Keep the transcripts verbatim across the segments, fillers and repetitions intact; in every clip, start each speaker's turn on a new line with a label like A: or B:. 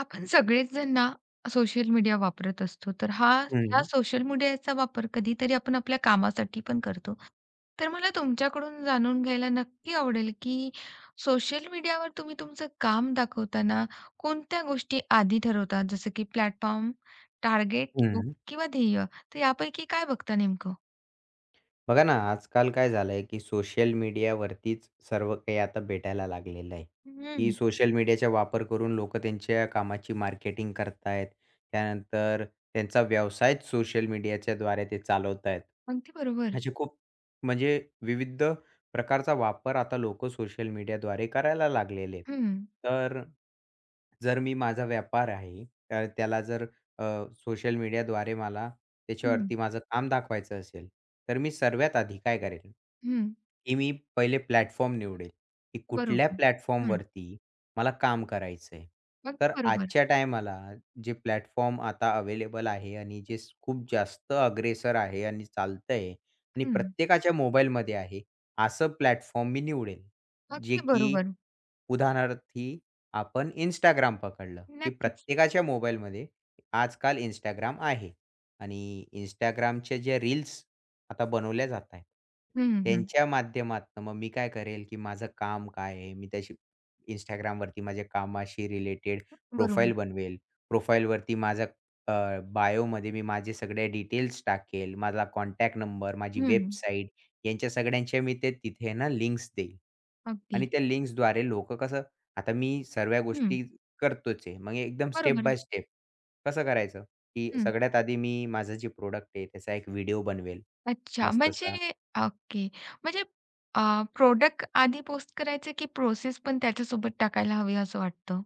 A: आपण सगळेच जण ना सोशल मीडिया वापरत असतो. तर हा ह्या
B: हं,
A: सोशल मीडियाचा वापर कधीतरी आपण आपल्या कामासाठी पण करतो. तर मला तुमच्याकडून जाणून घ्यायला नक्की आवडेल, की सोशल मीडियावर तुम्ही तुमचं काम दाखवताना कोणत्या गोष्टी आधी ठरवता? जसं की प्लॅटफॉर्म, टार्गेट
B: हं.
A: किंवा ध्येय. तर यापैकी काय बघता नेमकं?
B: बघा ना, आजकाल काय झालंय, की सोशल मीडियावरतीच सर्व काही आता भेटायला लागलेलं आहे,
A: हं,
B: की सोशल मीडियाचा वापर करून लोकं त्यांच्या कामाची मार्केटिंग करतायत. त्यानंतर त्यांचा व्यवसायच सोशल मीडियाच्याद्वारे ते चालवतायत.
A: अगदी बरोबर.
B: असे खूप म्हणजे विविध प्रकारचा वापर आता लोकं सोशल मीडियाद्वारे करायला लागलेले आहेत.
A: हं,
B: तर जर मी माझा व्यापार आहे, तर त्याला जर अ, सोशल मीडियाद्वारे मला
A: हं,
B: त्याच्यावरती माझं काम दाखवायचं असेल, तर मी सर्वात आधी काय करेल,
A: हं.
B: की मी पहिले प्लॅटफॉर्म निवडेल, की कुठल्या
A: बरोबर. हं,
B: प्लॅटफॉर्मवरती मला काम करायचंय.
A: अगदी
B: तर
A: बरोबर.
B: आजच्या टायमाला जे प्लॅटफॉर्म आता अवेलेबल आहे आणि जे स खूप जास्त अग्रेसर आहे आणि चालतंय आणि
A: हं,
B: प्रत्येकाच्या मोबाईलमध्ये आहे, असं प्लॅटफॉर्म मी निवडेल. जे
A: अगदी
B: की
A: बरोबर.
B: उदाहरणार्थी आपण Instagram पकडलं, की
A: नक्कीच.
B: प्रत्येकाच्या मोबाईलमध्ये आजकाल Instagram आहे आणि Instagramचे जे रील्स आता बनवल्या जात आहेत,
A: हं, हं, हं.
B: त्यांच्या माध्यमातनं मग मी काय करेल, की माझं काम काय आहे? मी त्याशी Instagramवरती माझ्या कामाशी रिलेटेड प्रोफाईल
A: बरोबर.
B: बनवेल. प्रोफाईलवरती माझा अ, बायोमध्ये मी माझे सगळे डिटेल्स टाकेल. माझा कॉन्टॅक्ट नंबर, माझी
A: हं, हं.
B: वेबसाईट यांच्या सगळ्यांच्या मी ते तिथे आहे ना लिंक्स देईल
A: अगदी.
B: आणि त्या लिंक्सद्वारे लोकं कसं आता मी सर्व
A: हं.
B: गोष्टी करतोच आहे. मग एकदम स्टेप
A: बरोबर.
B: By step. कसं करायचं? की
A: हं.
B: सगळ्यात आधी मी माझं जे प्रॉडक्ट आहे त्याचा एक व्हिडिओ बनवेल
A: अच्छा
B: मस्तसा.
A: म्हणजे ओके. म्हणजे अ, प्रॉडक्ट आधी पोस्ट करायचं की प्रोसेस पण त्याच्यासोबत टाकायला हवी असं वाटतं?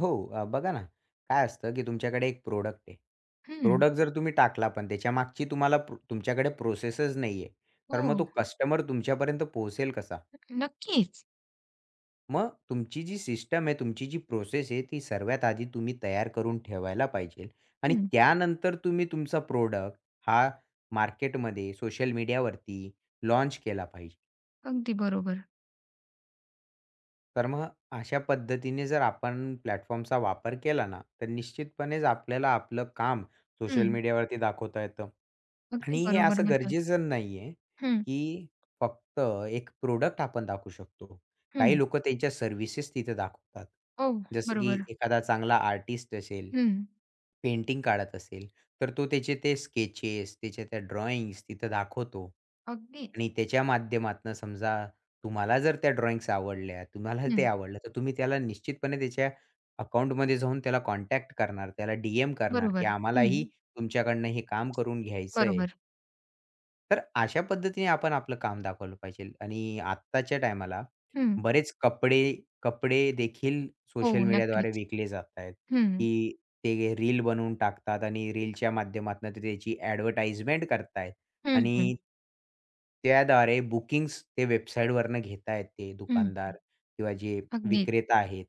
B: हो, अ, बघा ना, काय असतं की तुमच्याकडे एक प्रॉडक्ट आहे.
A: हं.
B: प्रॉडक्ट जर तुम्ही टाकला पण त्याच्यामागची तुम्हाला प्र तुमच्याकडे प्रोसेसच नाही आहे. तर
A: हो.
B: मग तो कस्टमर तुमच्यापर्यंत पोहोचेल कसा?
A: नक्कीच.
B: मग तुमची जी सिस्टम आहे, तुमची जी प्रोसेस आहे ती सर्वात आधी तुम्ही तयार करून ठेवायला पाहिजेल आणि
A: हं.
B: त्यानंतर तुम्ही तुमचा प्रॉडक्ट हा मार्केटमध्ये सोशल मीडियावरती लॉन्च केला पाहिजे.
A: अगदी बरोबर.
B: तर मग अशा पद्धतीने जर आपण प्लॅटफॉर्मचा वापर केला ना, तर निश्चितपणेच आपल्याला आपलं काम सोशल
A: हं.
B: मीडियावरती दाखवता येतं.
A: अगदी
B: आणि हे
A: बरोबर
B: असं
A: म्हणतात.
B: गरजेचं नाहीये,
A: हं,
B: की फक्त एक प्रॉडक्ट आपण दाखवू शकतो. काही
A: हं.
B: लोकं त्यांच्या सर्व्हिसेस तिथे दाखवतात.
A: हो,
B: जसं की
A: बरोबर.
B: एखादा चांगला आर्टिस्ट असेल,
A: हं.
B: पेंटिंग काढत असेल, तर तो त्याचे ते स्केचेस, त्याच्या त्या ड्रॉइंग्स तिथं दाखवतो.
A: अगदीच.
B: आणि त्याच्या माध्यमातनं समजा तुम्हाला जर त्या ड्रॉइंग्स आवडल्या, तुम्हाला ते
A: हं.
B: आवडलं, तर तुम्ही त्याला निश्चितपणे त्याच्या अकाउंटमध्ये जाऊन त्याला कॉन्टॅक्ट करणार, त्याला डी-एम करणार, की
A: बरोबर.
B: आम्हालाही
A: हं.
B: तुमच्याकडनं हे काम करून घ्यायचं आहे.
A: बरोबर.
B: तर अशा पद्धतीने आपण आपलं काम दाखवलं पाहिजे आणि आत्ताच्या टायमाला
A: हं.
B: बरेच कपडे कपडे देखील
A: हो,
B: सोशल मीडियाद्वारे
A: नक्कीच.
B: विकले जात आहेत,
A: हं.
B: की ते रील बनवून टाकतात आणि रीलच्या माध्यमातून ते त्याची ॲडव्हर्टाइजमेंट करतायत
A: हं, हं.
B: आणि त्याद्वारे बुकिंग्स ते वेबसाईटवरनं घेतायत ते
A: हं, हं.
B: दुकानदार किंवा जे
A: अगदीच.
B: विक्रेता आहेत.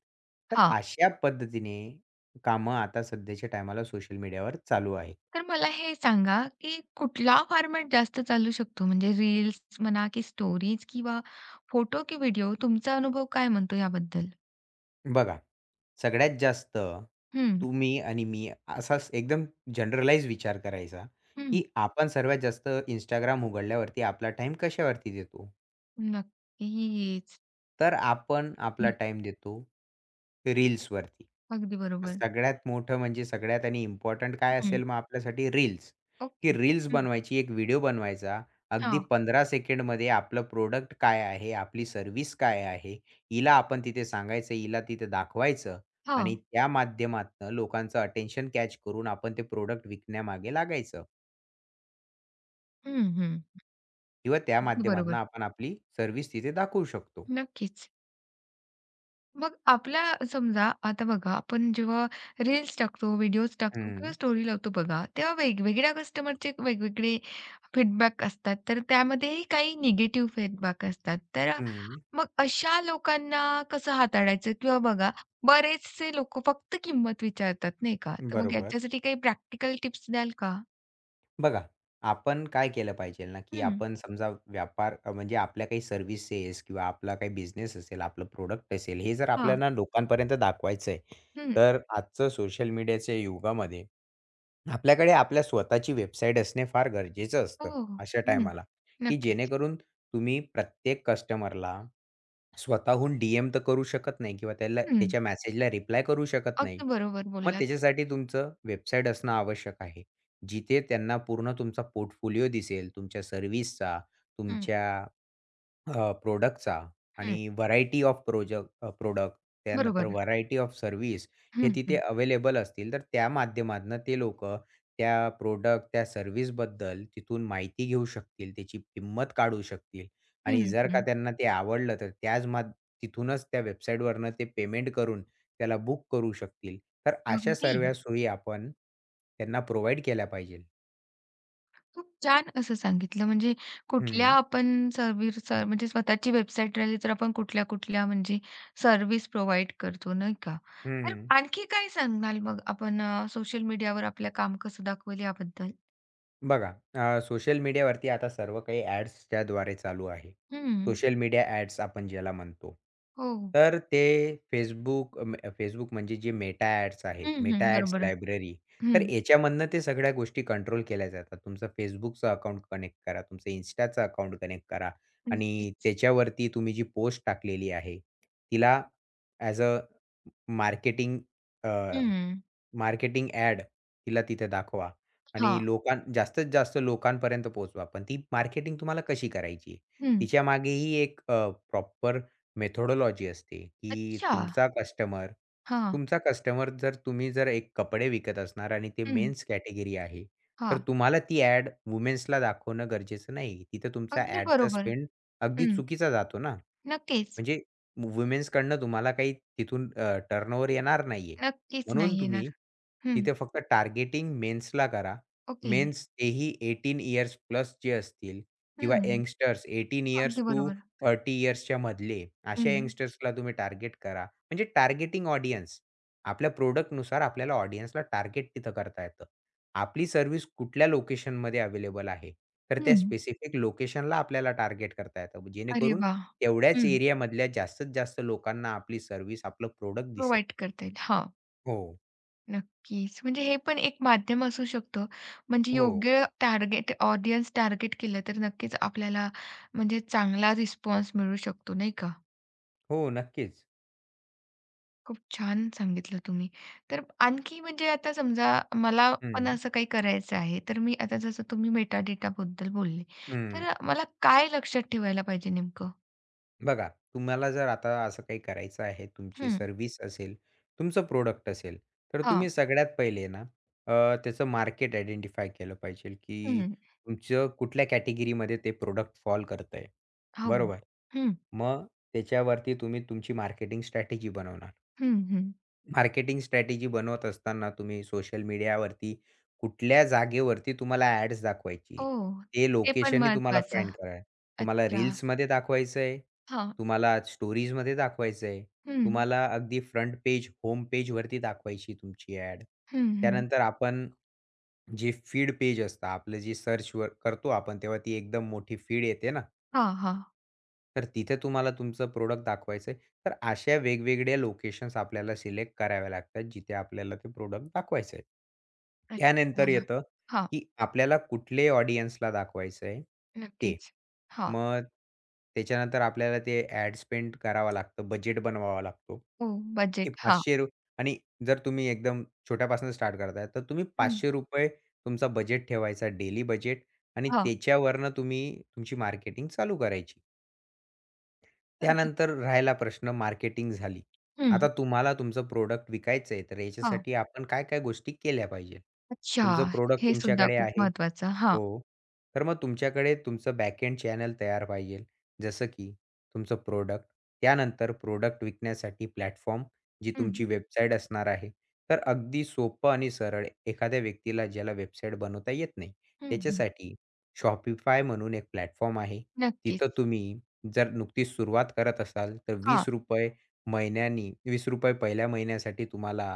B: तर
A: हां.
B: अशा पद्धतीने कामं आता सध्याच्या टायमाला सोशल मीडियावर चालू आहेत.
A: तर मला हे सांगा, की कुठला फॉर्मॅट जास्त चालू शकतो? म्हणजे रील्स म्हणा, की स्टोरीज किंवा फोटो की व्हिडिओ? तुमचा अनुभव काय म्हणतो याबद्दल?
B: बघा, सगळ्यात जास्त
A: हं,
B: तुम्ही आणि मी असाच एकदम जनरलाइज विचार करायचा,
A: हं.
B: की आपण सर्वात जास्त Instagram उघडल्यावरती आपला टाईम कशावरती देतो?
A: नक्कीच.
B: तर आपण आपला
A: हम्म.
B: टाइम देतो रील्सवरती.
A: अगदी बरोबर.
B: सगळ्यात मोठं म्हणजे सगळ्यात आणि इम्पोर्टंट काय
A: हं.
B: असेल मग आपल्यासाठी रील्स, की
A: ओके.
B: रील्स
A: हं.
B: बनवायची, एक व्हिडिओ बनवायचा. अगदी
A: हां,
B: पंधरा सेकंडमध्ये आपलं प्रॉडक्ट काय आहे, आपली सर्व्हिस काय आहे, हिला आपण तिथे सांगायचं, हिला तिथे दाखवायचं
A: हां.
B: आणि त्या माध्यमातनं लोकांचं अटेन्शन कॅच करून आपण ते प्रॉडक्ट विकण्यामागे लागायचं
A: हं, हं.
B: किंवा त्या
A: अगदी
B: माध्यमातनं
A: बरोबर.
B: आपण आपली सर्व्हिस तिथे दाखवू शकतो.
A: नक्कीच. मग आपल्या समजा आता बघा आपण जेव्हा रील्स टाकतो, व्हिडिओज टाकतो किंवा
B: हं,
A: स्टोरी लावतो बघा, तेव्हा वेगवेगळ्या कस्टमरचे वेगवेगळे फीडबॅक असतात. तर त्यामध्येही काही निगेटिव्ह फीडबॅक असतात. तर अ,
B: हं.
A: मग अशा लोकांना कसं हाताळायचं? किंवा बघा बरेचसे लोकं फक्त किंमत विचारतात नाही का? तर मग
B: बरोबर.
A: याच्यासाठी काही प्रॅक्टिकल टिप्स द्याल का?
B: बघा, आपण काय केलं पाहिजे ना, की
A: हं.
B: आपण हं. समजा व्यापार अ, म्हणजे आपल्या काही सर्व्हिसेस किंवा आपला काही बिझनेस असेल, आपलं प्रोडक्ट असेल, हे जर
A: हां.
B: आपल्याला लोकांपर्यंत दाखवायचं आहे,
A: हं.
B: तर आजचं सोशल मीडियाच्या युगामध्ये आपल्याकडे आपल्या स्वतःची वेबसाईट असणे फार गरजेचं
A: हो,
B: असतं
A: हो. हो,
B: अशा
A: हं.
B: टायमाला, की
A: नक्कीच.
B: जेणेकरून तुम्ही प्रत्येक कस्टमरला स्वतःहून डी तर करू शकत नाही किंवा त्याला
A: हं.
B: त्याच्या मेसेजला रिप्लाय करू शकत नाही.
A: अगदी बरोबर
B: मग
A: बोललात.
B: त्याच्यासाठी तुमचं वेबसाईट असणं आवश्यक आहे. जिथे त्यांना पूर्ण तुमचा पोर्टफोलिओ दिसेल, तुमच्या सर्व्हिसचा,
A: हं,
B: तुमच्या अ,
A: हं.
B: आणि व्हरायटी ऑफ प्रोजक अ, त्यानंतर
A: बरोबर.
B: व्हरायटी ऑफ सर्व्हिस हे
A: हं,
B: तिथे
A: हं.
B: अवेलेबल असतील, तर त्या माध्यमातनं ते लोकं त्या प्रॉडक्ट, त्या सर्व्हिसबद्दल तिथून माहिती घेऊ शकतील, त्याची किंमत काढू शकतील
A: हं,
B: आणि जर का
A: हं.
B: त्यांना ते आवडलं, तर त्याच माध तिथूनच त्या वेबसाईटवरनं ते पेमेंट करून त्याला बुक करू शकतील. तर अशा
A: अगदी.
B: सर्व्या सोयी आपण त्यांना प्रोव्हाईड केल्या पाहिजे.
A: खूप छान असं सांगितलं. म्हणजे कुठल्या
B: हं,
A: आपण सर्व्हिस सर म्हणजे स्वतःची वेबसाईट राहिली तर आपण कुठल्या-कुठल्या म्हणजे सर्व्हिस प्रोव्हाईड करतो, नाही का? तर
B: हं.
A: आणखी काय सांगाल मग आपण सोशल मीडियावर आपलं काम कसं दाखवेल याबद्दल?
B: बघा अ, सोशल मीडियावरती आता सर्व काही ॲड्सच्या द्वारे चालू आहे.
A: हं.
B: सोशल मीडिया ॲड्स आपण ज्याला म्हणतो.
A: हो.
B: तर ते Facebook अ, Facebook म्हणजे जे Meta ॲड्स आहे,
A: हं,
B: Meta
A: हं.
B: ॲड्स
A: बरोबर.
B: लायब्ररी. तर
A: हं.
B: याच्यामधनं ते सगळ्या गोष्टी कंट्रोल केल्या जातात. तुमचं Facebookचं अकाउंट कनेक्ट करा, तुमचं Instaचं अकाउंट कनेक्ट करा आणि
A: नक्कीच.
B: त्याच्यावरती तुम्ही जी पोस्ट टाकलेली आहे, तिला ॲज अ मार्केटिंग
A: हं.
B: मार्केटिंग ॲड तिला तिथे दाखवा आणि
A: हां.
B: लोकां जास्तीत जास्त लोकांपर्यंत पोहोचवा. पण ती मार्केटिंग तुम्हाला कशी करायची आहे?
A: हं.
B: तिच्या मागेही एक प्रॉपर मेथोडॉलॉजी असते, की
A: अच्छा.
B: तुमचा कस्टमर
A: हां.
B: तुमचा कस्टमर जर तुम्ही जर एक कपडे विकत असणार आणि ते
A: हं.
B: मेन्स कॅटेगरी आहे, तर
A: हां.
B: तुम्हाला ती ॲड वुमेन्सला दाखवणं गरजेचं नाही. तिथे तुमचा
A: अगदी
B: ॲडचा
A: बरोबर.
B: स्पेंड अगदी
A: हं.
B: चुकीचा जातो ना.
A: नक्कीच.
B: म्हणजे वुमेन्सकडनं तुम्हाला काही तिथून टर्नओव्हर येणार नाहीये.
A: नक्कीच
B: म्हणून
A: नाही येणार.
B: तुम्ही
A: हं.
B: तिथे फक्त टार्गेटिंग मेन्सला करा.
A: ओके.
B: मेन्स तेही अठरा इयर्स प्लस जे असतील किंवा
A: हं.
B: यंगस्टर्स अठरा इयर्स
A: अगदी
B: टू
A: बरोबर.
B: तीस इयर्सच्या मधले अशा
A: हं,
B: यंगस्टर्सला तुम्ही टार्गेट करा. म्हणजे टार्गेटिंग ऑडियन्स. आपल्या प्रॉडक्टनुसार आपल्याला ऑडियन्सला टार्गेट तिथं करता येतं. आपली सर्व्हिस कुठल्या लोकेशनमध्ये अवेलेबल आहे. तर त्या
A: हं.
B: स्पेसिफिक लोकेशनला आपल्याला टार्गेट करता येतं.
A: अरे
B: जेणेकरून
A: वाह!
B: तेवढ्याच
A: हं.
B: एरियामधल्या जास्तीत जास्त लोकांना आपली सर्व्हिस, आपलं प्रॉडक्ट दिसेल.
A: प्रोव्हाईड करता येईल. हां,
B: हो,
A: नक्कीच. म्हणजे हे पण एक माध्यम असू शकतं. म्हणजे
B: हो.
A: योग्य टार्गेट ऑडियन्स टार्गेट केलं तर नक्कीच आपल्याला म्हणजे चांगला रिस्पॉन्स मिळू शकतो, नाही का?
B: हो, नक्कीच.
A: खूप छान सांगितलं तुम्ही. तर आणखी म्हणजे आता समजा मला पण
B: हं,
A: असं काही करायचं आहे, तर मी आता जसं तुम्ही मेटाडेटाबद्दल बोलले,
B: हं.
A: तर मला काय लक्षात ठेवायला पाहिजे नेमकं?
B: बघा, तुम्हाला जर आता असं काही करायचं आहे, तुमची
A: हं.
B: सर्व्हिस असेल, तुमचं प्रॉडक्ट असेल, तर
A: हां.
B: तुम्ही सगळ्यात पहिले ना अ, त्याचं मार्केट आयडेंटिफाय केलं पाहिजे, की
A: हं.
B: तुमचं कुठल्या कॅटेगरीमध्ये ते प्रॉडक्ट फॉल करतंय.
A: हो.
B: बरोबर.
A: हं,
B: मग त्याच्यावरती तुम्ही तुमची मार्केटिंग स्ट्रॅटेजी बनवणार.
A: हं, हं.
B: मार्केटिंग स्ट्रॅटेजी बनवत असताना तुम्ही सोशल मीडियावरती कुठल्या जागेवरती तुम्हाला ॲड्स दाखवायची?
A: ओह!
B: ते
A: ते पण
B: लोकेशनही तुम्हाला
A: महत्वाचं.
B: फाइंड करा. तुम्हाला
A: अच्छा.
B: रील्समध्ये दाखवायचंय,
A: हां.
B: तुम्हाला स्टोरीजमध्ये दाखवायचंय,
A: हं.
B: तुम्हाला अगदी फ्रंट पेज, होम पेजवरती दाखवायची तुमची ॲड.
A: हं, हं.
B: त्यानंतर आपण जे फीड पेज असतं आपलं जे सर्च वर करतो आपण तेव्हा ती एकदम मोठी फीड येते ना.
A: हां, हां.
B: तर तिथे तुम्हाला तुमचं प्रोडक्ट दाखवायचं आहे. तर अशा वेगवेगळ्या लोकेशन्स आपल्याला सिलेक्ट कराव्या लागतात, जिथे आपल्याला ते प्रोडक्ट दाखवायचं आहे.
A: अच्छा.
B: त्यानंतर येतं,
A: हां.
B: की आपल्याला कुठले ऑडियन्सला दाखवायचं आहे ते.
A: नक्कीच. हां.
B: मग त्याच्यानंतर आपल्याला ते ॲड स्पेंड करावं लागतं, बजेट बनवावा लागतो.
A: हो,
B: ते
A: बजेट. हां.
B: ₹पाचशे आणि जर तुम्ही एकदम छोट्यापासून स्टार्ट करताय, तर तुम्ही
A: हं.
B: ₹पाचशे तुमचा बजेट ठेवायचा, डेली बजेट आणि
A: हां.
B: त्याच्यावरनं तुम्ही तुमची मार्केटिंग चालू करायची.
A: अच्छा.
B: त्यानंतर राहिला प्रश्न मार्केटिंग झाली. आता
A: हं.
B: तुम्हाला तुमचं प्रॉडक्ट विकायचं आहे, तर
A: हां.
B: याच्यासाठी आपण काय-काय गोष्टी केल्या पाहिजे?
A: अच्छा.
B: तुमचं प्रॉडक्ट
A: हे सुद्धा
B: तुमच्याकडे
A: खूप
B: आहे.
A: महत्वाचं. हां.
B: हो. तर मग तुमच्याकडे तुमचं बॅकएंड चॅनल तयार पाहिजे. जसं की तुमचं प्रॉडक्ट, त्यानंतर प्रॉडक्ट विकण्यासाठी प्लॅटफॉर्म, जी
A: हं.
B: तुमची वेबसाईट असणार आहे. तर अगदी सोपं आणि सरळ एखाद्या व्यक्तीला ज्याला वेबसाईट बनवता येत नाही,
A: हं, हं.
B: त्याच्यासाठी Shopify म्हणून एक प्लॅटफॉर्म आहे.
A: नक्कीच.
B: तिथं तुम्ही जर नुकतीच सुरुवात करत असाल, तर ₹वीस
A: हां.
B: महिन्यानी ₹वीस पहिल्या महिन्यासाठी तुम्हाला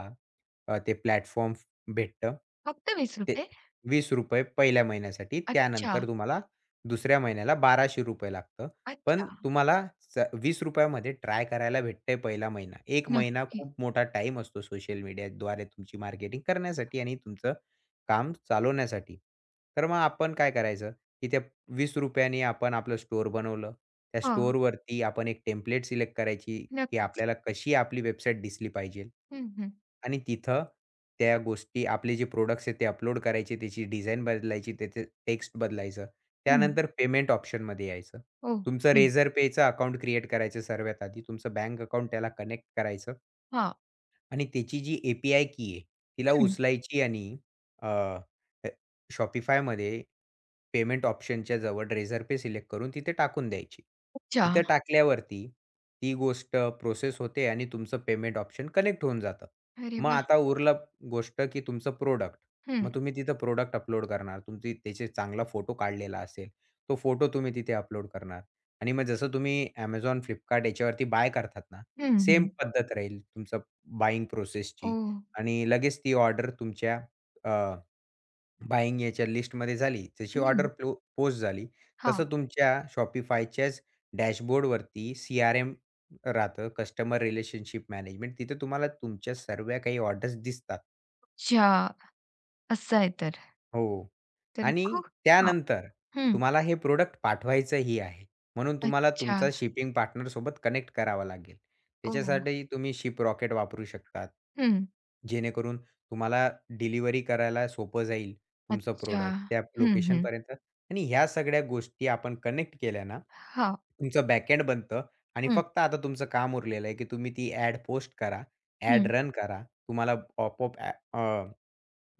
B: अ, ते प्लॅटफॉर्म भेटतं.
A: फक्त
B: ते
A: ₹वीस रुपये?
B: ₹वीस पहिल्या महिन्यासाठी.
A: अच्छा.
B: त्यानंतर तुम्हाला दुसऱ्या महिन्याला ₹बाराशे लागतं.
A: अच्छा.
B: पण तुम्हाला स ₹वीस मध्ये ट्राय करायला भेटतंय पहिला महिना. एक महिना
A: नक्की.
B: खूप मोठा टाईम असतो सोशल मीडियाद्वारे तुमची मार्केटिंग करण्यासाठी आणि तुमचं काम चालवण्यासाठी. तर मग आपण काय करायचं, की त्या ₹वीस नी आपण आपलं स्टोअर बनवलं. त्या
A: हां.
B: स्टोअरवरती आपण एक टेम्प्लेट सिलेक्ट करायची, की
A: नक्कीच.
B: आपल्याला कशी आपली वेबसाईट दिसली पाहिजे.
A: हं, हं.
B: आणि तिथं त्या गोष्टी आपले जे प्रॉडक्ट्स आहेत ते अपलोड करायचे, त्याची डिझाइन बदलायची, त्याचे टेक्स्ट बदलायचं.
A: हं.
B: त्यानंतर पेमेंट ऑप्शनमध्ये यायचं.
A: हो.
B: तुमचं
A: हं.
B: Razor Payचं अकाउंट क्रिएट करायचं सर्वात आधी. तुमचं बँक अकाउंट त्याला कनेक्ट करायचं.
A: हां.
B: आणि त्याची जी ए-पी-आय की आहे, तिला
A: हं.
B: उचलायची आणि अ, अ, Shopifyमध्ये पेमेंट ऑप्शनच्या जवळ Razor Pay सिलेक्ट करून तिथे टाकून द्यायची. तिथं
A: अच्छा.
B: टाकल्यावरती ती गोष्ट प्रोसेस होते आणि तुमचं पेमेंट ऑप्शन कनेक्ट होऊन जातं.
A: अरे
B: मग
A: वाह!
B: आता उरलं गोष्ट की तुमचं प्रॉडक्ट.
A: हं.
B: मग तुम्ही तिथं प्रॉडक्ट अपलोड करणार. तुमची त्याचे चांगला फोटो काढलेला असेल, तो फोटो तुम्ही तिथे अपलोड करणार आणि मग जसं तुम्ही Amazon, Flipkart याच्यावरती बाय करतात ना,
A: हं,
B: सेम
A: हं.
B: पद्धत राहील तुमचं बायिंग प्रोसेसची
A: ओह!
B: आणि लगेच ती ऑर्डर तुमच्या अ, बायिंग याच्या लिस्टमध्ये झाली. जशी ऑर्डर
A: हं.
B: प्लो पोस्ट झाली,
A: हां.
B: तसं तुमच्या Shopifyच्याच डॅशबोर्डवरती सीआरएम राहतं, कस्टमर रिलेशनशिप मॅनेजमेंट. तिथे तुम्हाला तुमच्या सर्व काही ऑर्डर्स दिसतात.
A: अच्छा. असं आहे तर.
B: हो.
A: तर
B: आणि
A: खूप हां.
B: त्यानंतर
A: हं.
B: तुम्हाला हे प्रॉडक्ट पाठवायचंही आहे. म्हणून तुम्हाला
A: अच्छा.
B: तुमचा शिपिंग पार्टनर सोबत कनेक्ट करावा लागेल.
A: ओह!
B: त्याच्यासाठी तुम्ही ShipRocket वापरू शकतात.
A: हं.
B: जेणेकरून तुम्हाला डिलिव्हरी करायला सोपं जाईल तुमचं
A: अच्छा.
B: प्रॉडक्ट त्या
A: हं, हं.
B: लोकेशनपर्यंत आणि ह्या सगळ्या गोष्टी आपण कनेक्ट केल्या ना,
A: हां.
B: तुमचं बॅकएंड बनतं आणि
A: हं,
B: फक्त आता तुमचं काम उरलेलं आहे, की तुम्ही ती ॲड पोस्ट करा, ॲड
A: हं.
B: रन करा. तुम्हाला पॉपअप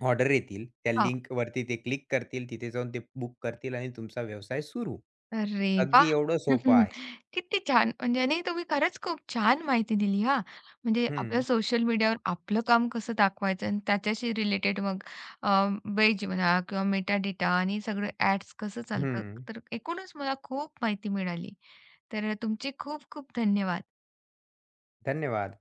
B: ऑर्डर येतील. त्या
A: हां.
B: लिंकवरती ते क्लिक करतील. तिथे जाऊन ते बुक करतील आणि तुमचा व्यवसाय सुरू.
A: अरे वाह!
B: अगदी एवढं सोपं आहे.
A: किती छान. म्हणजे आणि तुम्ही खरंच खूप छान माहिती दिली हां. म्हणजे आपल्या
B: हं,
A: सोशल मीडियावर आपलं काम कसं दाखवायचं आणि त्याच्याशी रिलेटेड मग अ, वेज म्हणा किंवा मेटा डेटा आणि सगळं ॲड्स कसं चालतं.
B: हं.
A: तर एकूणच मला खूप माहिती मिळाली. तर तुमचे खूप खूप धन्यवाद.
B: धन्यवाद.